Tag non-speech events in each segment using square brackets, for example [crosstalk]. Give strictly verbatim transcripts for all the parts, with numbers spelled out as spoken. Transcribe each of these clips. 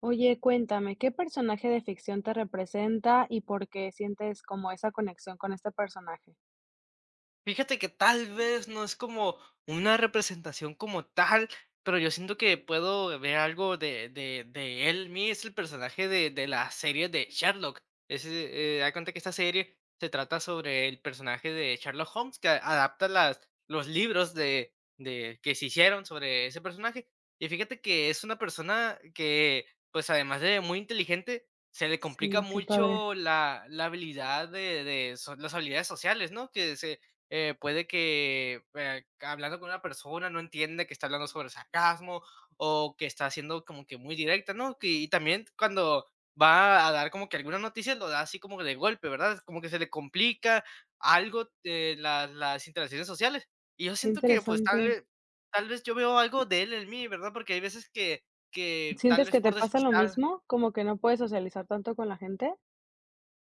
Oye, cuéntame, ¿qué personaje de ficción te representa y por qué sientes como esa conexión con este personaje? Fíjate que tal vez no es como una representación como tal, pero yo siento que puedo ver algo de, de, de él. Mi es el personaje de, de la serie de Sherlock. Es, eh, da cuenta que esta serie se trata sobre el personaje de Sherlock Holmes, que a- adapta las, los libros de, de, que se hicieron sobre ese personaje. Y fíjate que es una persona que, pues además de muy inteligente, se le complica Sí, qué padre, mucho la, la habilidad de, de so- las habilidades sociales, ¿no? Que se, eh, puede que eh, hablando con una persona no entiende que está hablando sobre sarcasmo o que está siendo como que muy directa, ¿no? Que- y también cuando va a dar como que alguna noticia lo da así como que de golpe, ¿verdad? Como que se le complica algo eh, la- las interacciones sociales. Y yo qué siento que pues tal interesante. vez, tal vez yo veo algo de él en mí, ¿verdad? Porque hay veces que, que tal ¿Sientes vez que te por pasa lo despistar. mismo? ¿Como que no puedes socializar tanto con la gente?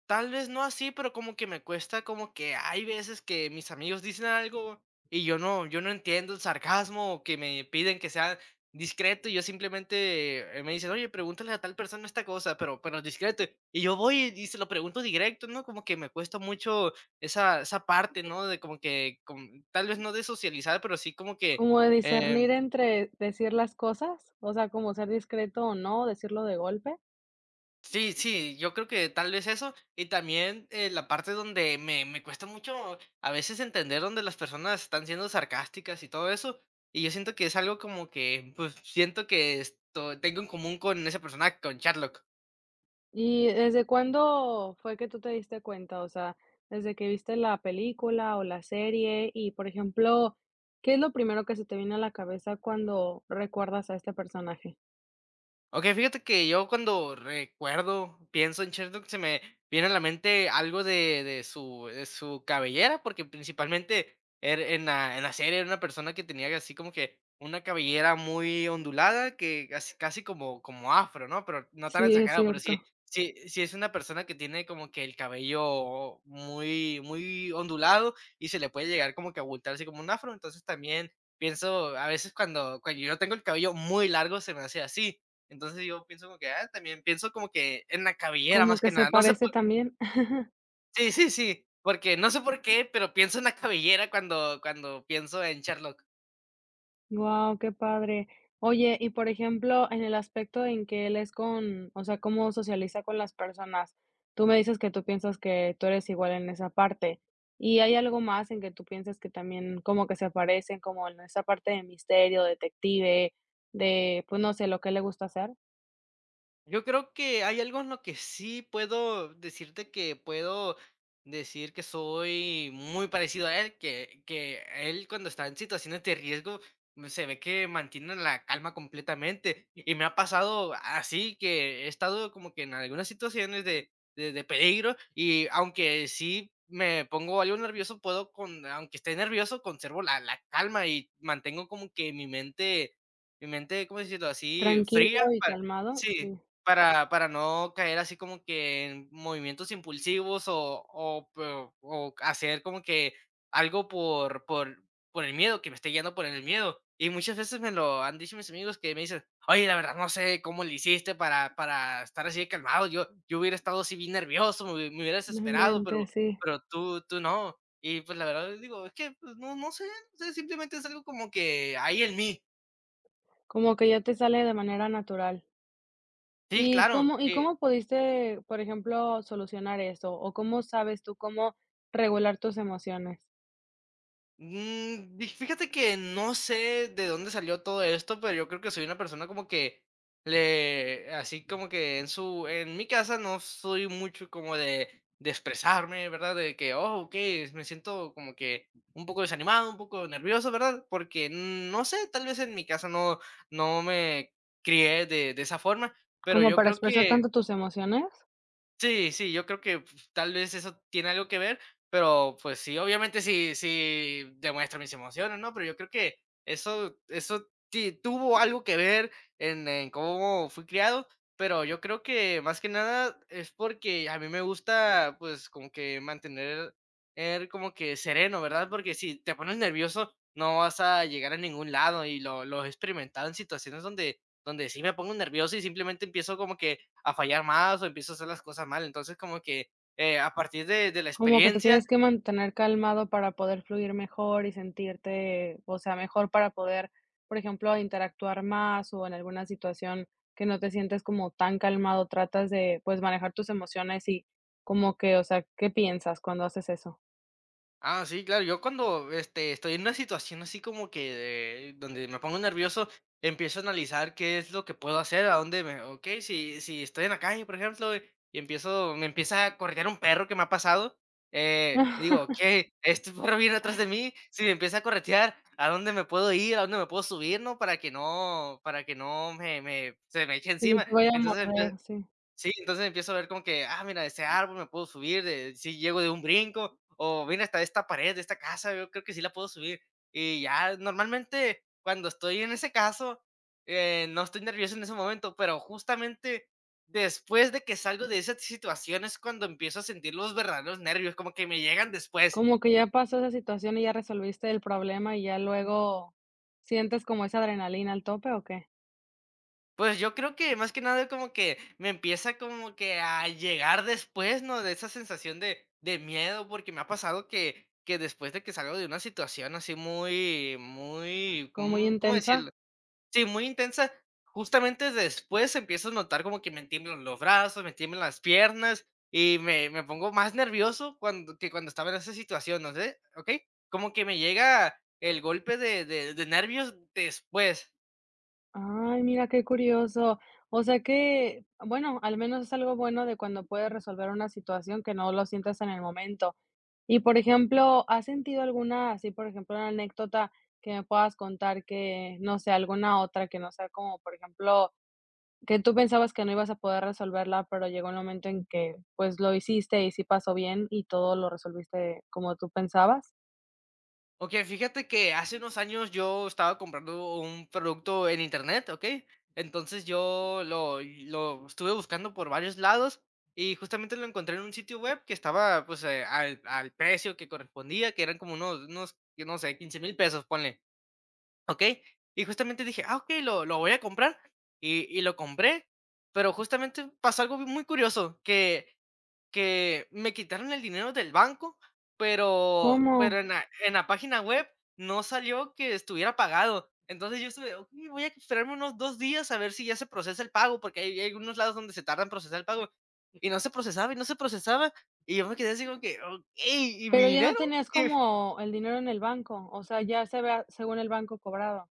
Tal vez no así, pero como que me cuesta, como que hay veces que mis amigos dicen algo y yo no yo no entiendo el sarcasmo o que me piden que sea discreto y yo simplemente, eh, me dicen: "Oye, pregúntale a tal persona esta cosa", pero pero discreto. Y yo voy y se lo pregunto directo, ¿no? Como que me cuesta mucho esa esa parte, ¿no? De como que com tal vez no de socializar, pero sí como que, ¿Como de eh, discernir entre decir las cosas? O sea, como ser discreto o no, decirlo de golpe. sí, sí, yo creo que tal vez eso, y también, eh, la parte donde me me cuesta mucho a veces entender donde las personas están siendo sarcásticas y todo eso, y yo siento que es algo como que, pues, siento que esto tengo en común con ese personaje, con Sherlock. ¿Y desde cuándo fue que tú te diste cuenta? O sea, desde que viste la película o la serie y, por ejemplo, ¿qué es lo primero que se te viene a la cabeza cuando recuerdas a este personaje? Okey, fíjate que yo cuando recuerdo, pienso en Sherlock, se me viene a la mente algo de de su de su cabellera, porque principalmente er en la en la serie era una persona que tenía así como que una cabellera muy ondulada, que casi casi como como afro, ¿no? Pero no tan Sí, es exagerado, pero sí cierto. sí sí es una persona que tiene como que el cabello muy muy ondulado y se le puede llegar como que a abultar así como un afro. Entonces, también pienso a veces cuando cuando yo tengo el cabello muy largo, se me hace así. Entonces, yo pienso como que, ah, también pienso como que en la cabellera, Como más que que se nada. No sé parece por también. sí, sí, sí, porque no sé por qué, pero pienso en la cabellera cuando cuando pienso en Sherlock. Wow, qué padre. Oye, y por ejemplo, en el aspecto en que él es con, o sea, cómo socializa con las personas. Tú me dices que tú piensas que tú eres igual en esa parte. ¿Y hay algo más en que tú piensas que también como que se parecen, como en esa parte de misterio, detective, de, pues no sé, lo que le gusta hacer? Yo creo que hay algo en lo que sí puedo decirte que puedo decir que soy muy parecido a él, que, que él cuando está en situaciones de riesgo mm, se ve que mantiene la calma completamente. Y me ha pasado así que he estado como que en algunas situaciones de, de, de peligro y aunque sí me pongo algo nervioso, puedo, con, aunque esté nervioso, conservo la, la calma y mantengo como que mi mente, mi mente, ¿cómo decirlo así? Fría. Tranquilo y para- calmado, Sí, sí, para para no caer así como que en movimientos impulsivos o o peo o hacer como que algo por por por el miedo, que me esté guiando por el miedo. Y muchas veces me lo han dicho mis amigos que me dicen: "Oye, la verdad no sé cómo le hiciste para para estar así de calmado. Yo yo hubiera estado así bien nervioso, me hubie me hubiera no desesperado, pero inventes, sí. pero tú tú no". Y pues la verdad les digo: "Es que, pues no no sé, o sea, simplemente es algo como que hay en mí". Como que ya te sale de manera natural. Sí, ¿Y claro, cómo y eh cómo pudiste, por ejemplo, solucionar eso? ¿O cómo sabes tú cómo regular tus emociones? mm, di- fíjate que no sé de dónde salió todo esto, pero yo creo que soy una persona como que le, así como que en su, en mi casa no soy mucho como de, de expresarme, ¿verdad? De que, oh, ok, me siento como que un poco desanimado, un poco nervioso, ¿verdad? Porque mm, no sé, tal vez en mi casa no, no me crié de, de esa forma, pero ¿Como yo para creo expresar que tanto tus emociones? sí, sí, yo creo que pf, tal vez eso tiene algo que ver, pero pues sí, obviamente sí, sí demuestro mis emociones, ¿no? Pero yo creo que eso, eso ti- tuvo algo que ver en, en cómo fui criado, pero yo creo que más que nada es porque a mí me gusta pues como que mantener er, como que sereno, ¿verdad? Porque si te pones nervioso no vas a llegar a ningún lado y lo, lo he experimentado en situaciones donde, donde sí me pongo nervioso y simplemente empiezo como que a fallar más o empiezo a hacer las cosas mal. Entonces, como que eh, a partir de, de la ¿Como que te experiencia, tienes que mantener calmado para poder fluir mejor y sentirte, o sea, mejor para poder, por ejemplo, interactuar más o en alguna situación que no te sientes como tan calmado, tratas de, pues, manejar tus emociones y como que, o sea, ¿qué piensas cuando haces eso? ah, sí, claro, yo cuando este, estoy en una situación así como que de- donde me pongo nervioso, empiezo a analizar qué es lo que puedo hacer, a dónde me, ok, si, si estoy en la calle, por ejemplo, y y empiezo, me empieza a corretear un perro que me ha pasado. Eh, digo, [laughs] ok, este perro viene atrás de mí, si me empieza a corretear, ¿a dónde me puedo ir? ¿A dónde me puedo subir, no? Para que no, para que no me, me- se me eche Que encima. te voy a Entonces empie- morder, sí. Sí, entonces empiezo a ver como que, ah, mira, ese árbol me puedo subir, de, si llego de un brinco, o mira, hasta esta pared de esta casa, yo creo que sí la puedo subir. Y ya, normalmente cuando estoy en ese caso, eh, no estoy nervioso en ese momento, pero justamente después de que salgo de esa situación es cuando empiezo a sentir los verdaderos nervios, como que me llegan después. Como que ya pasó esa situación y ya resolviste el problema, y ya luego, ¿sientes como esa adrenalina al tope o qué? Pues yo creo que más que nada como que me empieza como que a llegar después, ¿no? De esa sensación de, de miedo, porque me ha pasado que, que después de que salgo de una situación así muy, muy, ¿Como muy ¿cómo, cómo decirlo? intensa? Sí, muy intensa, justamente después empiezo a notar como que me tiemblan los brazos, me tiemblan las piernas y me, me pongo más nervioso cuando, que cuando estaba en esa situación, ¿no sé? ¿Ok? Como que me llega el golpe de, de de nervios después. Ay, mira, qué curioso. O sea que, bueno, al menos es algo bueno de cuando puedes resolver una situación que no lo sientas en el momento. Y, por ejemplo, ¿has sentido alguna, así, por ejemplo, una anécdota que me puedas contar que, no sé, alguna otra que no sea como, por ejemplo, que tú pensabas que no ibas a poder resolverla, pero llegó el momento en que, pues, lo hiciste y sí pasó bien y todo lo resolviste como tú pensabas? Ok, fíjate que hace unos años yo estaba comprando un producto en internet, ¿ok? Entonces yo lo, lo estuve buscando por varios lados y justamente lo encontré en un sitio web que estaba pues eh, al, al precio que correspondía, que eran como unos, unos, yo no sé, quince mil pesos, ponle, ¿ok? Y justamente dije, ah, ok, lo, lo voy a comprar y, y lo compré, pero justamente pasó algo muy curioso, que que me quitaron el dinero del banco, pero pero ¿Cómo? en la en la página web no salió que estuviera pagado. Entonces, yo estuve: "Okey, voy a esperarme unos dos días a ver si ya se procesa el pago", porque hay hay algunos lados donde se tardan en procesar el pago, y no se procesaba, y no se procesaba, y yo me quedé así como que: ok, ¿y mi Pero ya no dinero?". tenías [laughs] como el dinero en el banco, o sea, ya se había, según el banco, cobrado.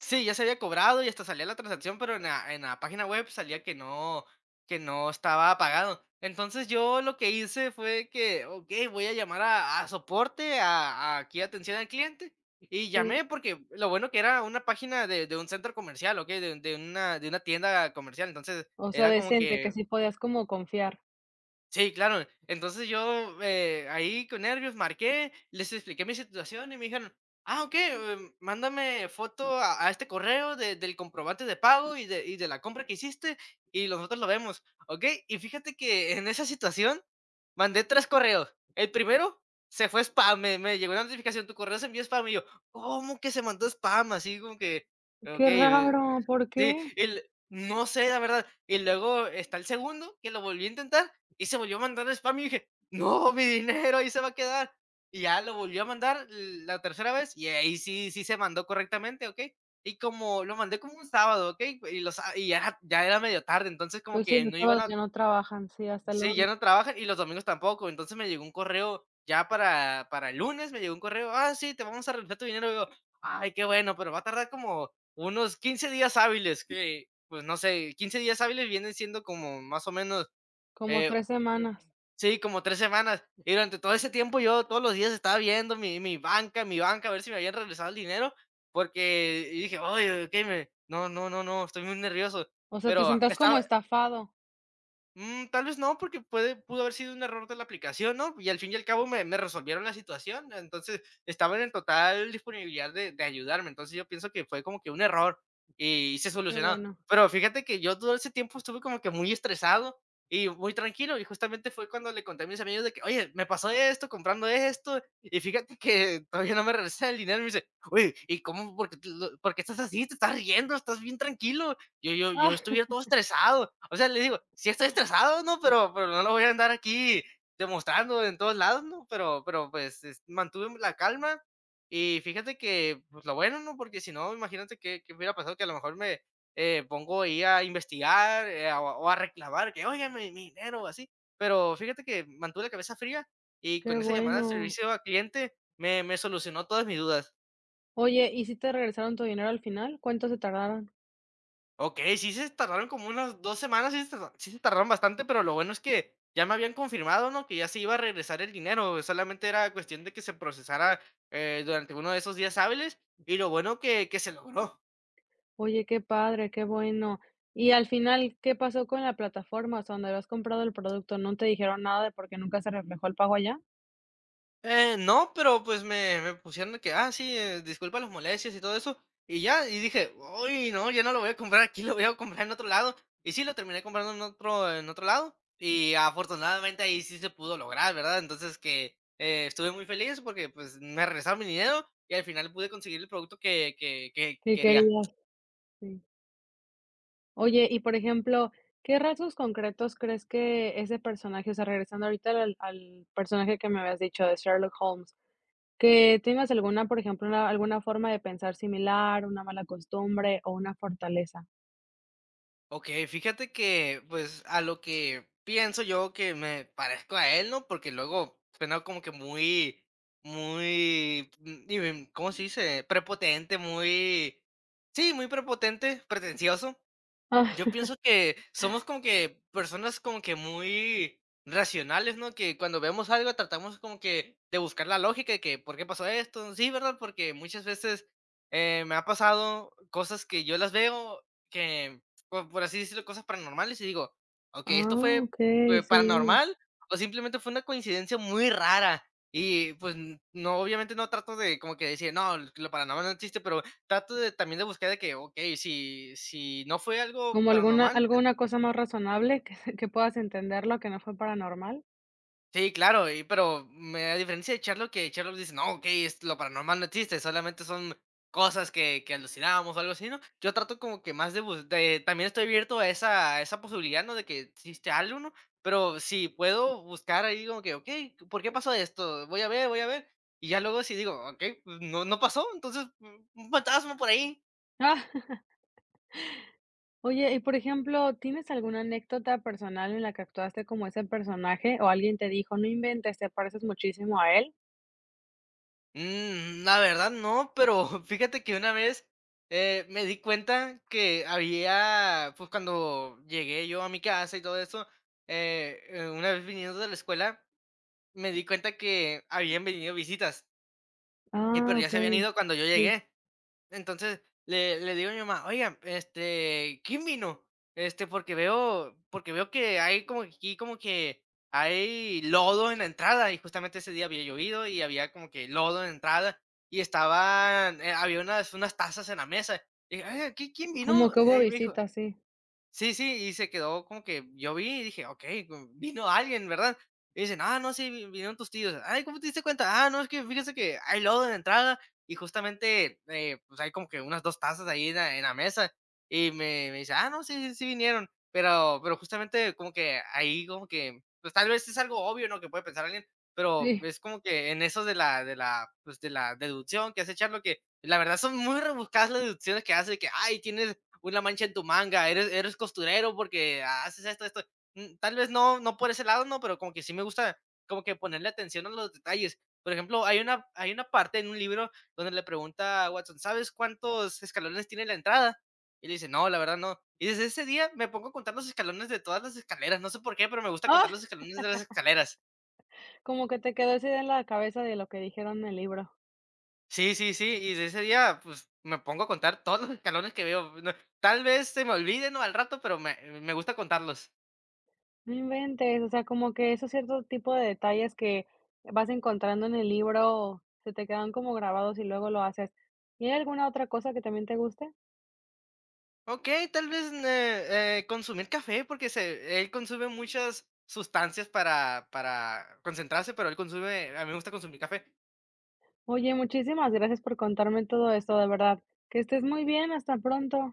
Sí, ya se había cobrado y hasta salía la transacción, pero en la en la página web salía que no que no estaba pagado. Entonces, yo lo que hice fue que, okey, voy a llamar a a soporte, a a aquí atención al cliente, y Sí. llamé porque lo bueno que era una página de de un centro comercial, ¿ok? de de una de una tienda comercial. Entonces, O sea, era como decente, que que sí podías como confiar. sí, claro. Entonces yo, eh, ahí con nervios marqué, les expliqué mi situación y me dijeron: "Ah, ¿ok? em, mándame foto a a este correo de del comprobante de pago y de y de la compra que hiciste y nosotros lo vemos", ¿ok? Y fíjate que en esa situación mandé tres correos. El primero se fue spam, me me llegó una notificación: "Tu correo se envió spam", y yo: "¿Cómo que se mandó spam?". Así como que, Qué okey, raro, ¿por sí, qué? el no sé, la verdad. Y luego está el segundo, que lo volví a intentar, y se volvió a mandar spam, y dije: "No, mi dinero ahí se va a quedar". Y ya lo volvió a mandar la tercera vez, y ahí sí sí se mandó correctamente, ¿ok? Y como lo mandé como un sábado, ¿ok? Y los y ya ya era medio tarde, entonces como Pues sí, que los no iban sábados a ya no trabajan, sí, hasta el sí, ya lunes, no trabajan y los domingos tampoco. Entonces me llegó un correo ya para, para el lunes, me llegó un correo, ah, sí, te vamos a regresar tu dinero. Y yo, ay, qué bueno, pero va a tardar como unos quince días hábiles, que pues no sé, quince días hábiles vienen siendo como más o menos, como eh, tres eh, semanas. sí, como tres semanas. Y durante todo ese tiempo yo todos los días estaba viendo mi, mi banca, mi banca, a ver si me habían regresado el dinero, porque y dije, ay, ok, me, no, no, no, no, estoy muy nervioso. O sea, te Pero sentías como estaba, estafado. Mm, tal vez no, porque puede pudo haber sido un error de la aplicación, ¿no? Y al fin y al cabo me me resolvieron la situación, entonces, estaban en total disponibilidad de de ayudarme, entonces, yo pienso que fue como que un error y se Qué solucionó. bueno. Pero fíjate que yo todo ese tiempo estuve como que muy estresado y muy tranquilo, y justamente fue cuando le conté a mis amigos de que: "Oye, me pasó esto comprando esto, y fíjate que [laughs] todavía no me regresan el dinero", y me dice: "Oye, ¿y cómo? ¿Por qué te lo ¿por qué estás así? ¿Te estás riendo? Estás bien tranquilo". Yo, yo, yo Ah, estuviera todo estresado. O sea, le digo, sí estoy estresado, ¿no? Pero, pero no lo voy a andar aquí demostrando en todos lados, ¿no? Pero, pero pues es- mantuve la calma y fíjate que, pues lo bueno, ¿no? Porque si no, imagínate que, que hubiera pasado que a lo mejor me eh, pongo ahí a investigar eh, a- o a reclamar que, oigan, mi, mi dinero o así. Pero fíjate que mantuve la cabeza fría y qué con esa llamada al bueno. servicio al cliente me, me solucionó todas mis dudas. Oye, ¿y si te regresaron tu dinero al final? ¿Cuánto se tardaron? Okey, sí se tardaron como unas dos semanas, sí se tarda sí se tardaron bastante, pero lo bueno es que ya me habían confirmado, ¿no?, que ya se iba a regresar el dinero, solamente era cuestión de que se procesara, eh, durante uno de esos días hábiles, y lo bueno que que se logró. Oye, qué padre, qué bueno. Y al final, ¿qué pasó con la plataforma? O sea, donde habías comprado el producto, ¿no te dijeron nada de por qué nunca se reflejó el pago allá? Eh, no, pero pues me, me pusieron de que, ah, sí, eh, disculpa las molestias y todo eso. Y ya, y dije, uy, no, ya no lo voy a comprar aquí, lo voy a comprar en otro lado. Y sí, lo terminé comprando en otro, en otro lado. Y afortunadamente ahí sí se pudo lograr, ¿verdad? Entonces que eh, estuve muy feliz porque pues me regresaron mi dinero y al final pude conseguir el producto que, que, que ¿Qué quería. querías? Sí. Oye, y por ejemplo, ¿qué rasgos concretos crees que ese personaje, o sea, regresando ahorita al, al personaje que me habías dicho de Sherlock Holmes, que tengas alguna, por ejemplo, una- alguna forma de pensar similar, una mala costumbre o una fortaleza? Okey, fíjate que, pues, a lo que pienso yo que me parezco a él, ¿no? Porque luego suena como que muy muy, mm, y, mm, ¿cómo se dice? Prepotente, muy, sí, muy prepotente, pretencioso. Ah, Yo pienso que somos como que personas como que muy racionales, ¿no? Que cuando vemos algo tratamos como que de buscar la lógica de que por qué pasó esto. Sí, ¿verdad? Porque muchas veces eh, me ha pasado cosas que yo las veo, que por, por así decirlo, cosas paranormales y digo, ok, esto ah, fue ok, eh, sí. paranormal o simplemente fue una coincidencia muy rara. Y pues n- no, obviamente no trato de como que decir, no, lo paranormal no existe, pero trato de también de buscar de que, okey, si si no fue algo ¿Como alguna paranormal, alguna cosa más razonable que se que puedas entenderlo, que no fue paranormal? sí, claro, y pero me a diferencia de Sherlock, que Sherlock dice: "No, okey, es lo paranormal no existe, solamente son cosas que que alucinamos", o algo así, ¿no? Yo trato como que más de bus de también estoy abierto a esa a esa posibilidad, ¿no?, de que existe algo, ¿no? Pero si puedo buscar ahí como que, okey, ¿por qué pasó esto? Voy a ver, voy a ver, y ya luego si digo: "Okey, pues no no pasó, entonces, mm, un fantasma por ahí". Ah. [laughs] Oye, y por ejemplo, ¿tienes alguna anécdota personal en la que actuaste como ese personaje o alguien te dijo: "No inventes, te pareces muchísimo a él"? Mm, la verdad no, pero [laughs] fíjate que una vez, eh, me di cuenta que había, pues, cuando llegué yo a mi casa y todo eso, eh, eh, una vez viniendo de la escuela, me di cuenta que habían venido visitas, y Ah, pero ya se habían okey. ido cuando yo Sí. llegué. Entonces, le le digo a mi mamá: "Oigan, este, ¿quién vino? Este, porque veo porque veo que hay como que aquí como que hay lodo en la entrada", y justamente ese día había llovido y había como que lodo en la entrada, y estaban, eh, había unas, unas tazas en la mesa. Y dije: "Oigan, ¿qui ¿quién Como vino?". que hubo Y me dijo: visitas, sí. "Sí, sí", y se quedó como que yo vi y dije: "Okey, co vino alguien, ¿verdad?". Y dicen: "Ah, no, sí, vi vinieron tus tíos". "Ay, ¿cómo te diste cuenta?". "Ah, no, es que fíjese que hay lodo en la entrada y justamente, eh, pues, hay como que unas dos tazas ahí en la en la mesa". Y me me dice: "Ah, no, sí, sí, sí vinieron". Pero pero justamente como que ahí como que, pues, tal vez es algo obvio, ¿no?, que puede pensar alguien, pero Sí. [laughs] es como que en eso de la de la, pues, de la deducción que hace charlo, que la verdad son muy rebuscadas las deducciones que hace, que: "Ay, tienes una mancha en tu manga, eres, eres costurero porque haces esto, esto". Mm, tal vez no, no por ese lado, no, pero como que sí me gusta como que ponerle atención a los detalles. Por ejemplo, hay una, hay una parte en un libro donde le pregunta a Watson: "¿Sabes cuántos escalones tiene la entrada?". Y le dice: "No, la verdad no". Y desde ese día me pongo a contar los escalones de todas las escaleras. No sé por qué, pero me gusta contar Ah, los escalones de las escaleras. como que te quedó esa idea en la cabeza de lo que dijeron en el libro. Sí, sí, sí. Y desde ese día, pues me pongo a contar todos los escalones que veo. No, tal vez se me olviden no al rato, pero me, me gusta contarlos. No inventes, o sea, como que esos ciertos tipos de detalles que vas encontrando en el libro se te quedan como grabados y luego lo haces. ¿Y hay alguna otra cosa que también te guste? Okey, tal vez, ne eh, consumir café, porque se él consume muchas sustancias para para concentrarse, pero él consume a mí me gusta consumir café. Oye, muchísimas gracias por contarme todo esto, de verdad. Que estés muy bien, hasta pronto.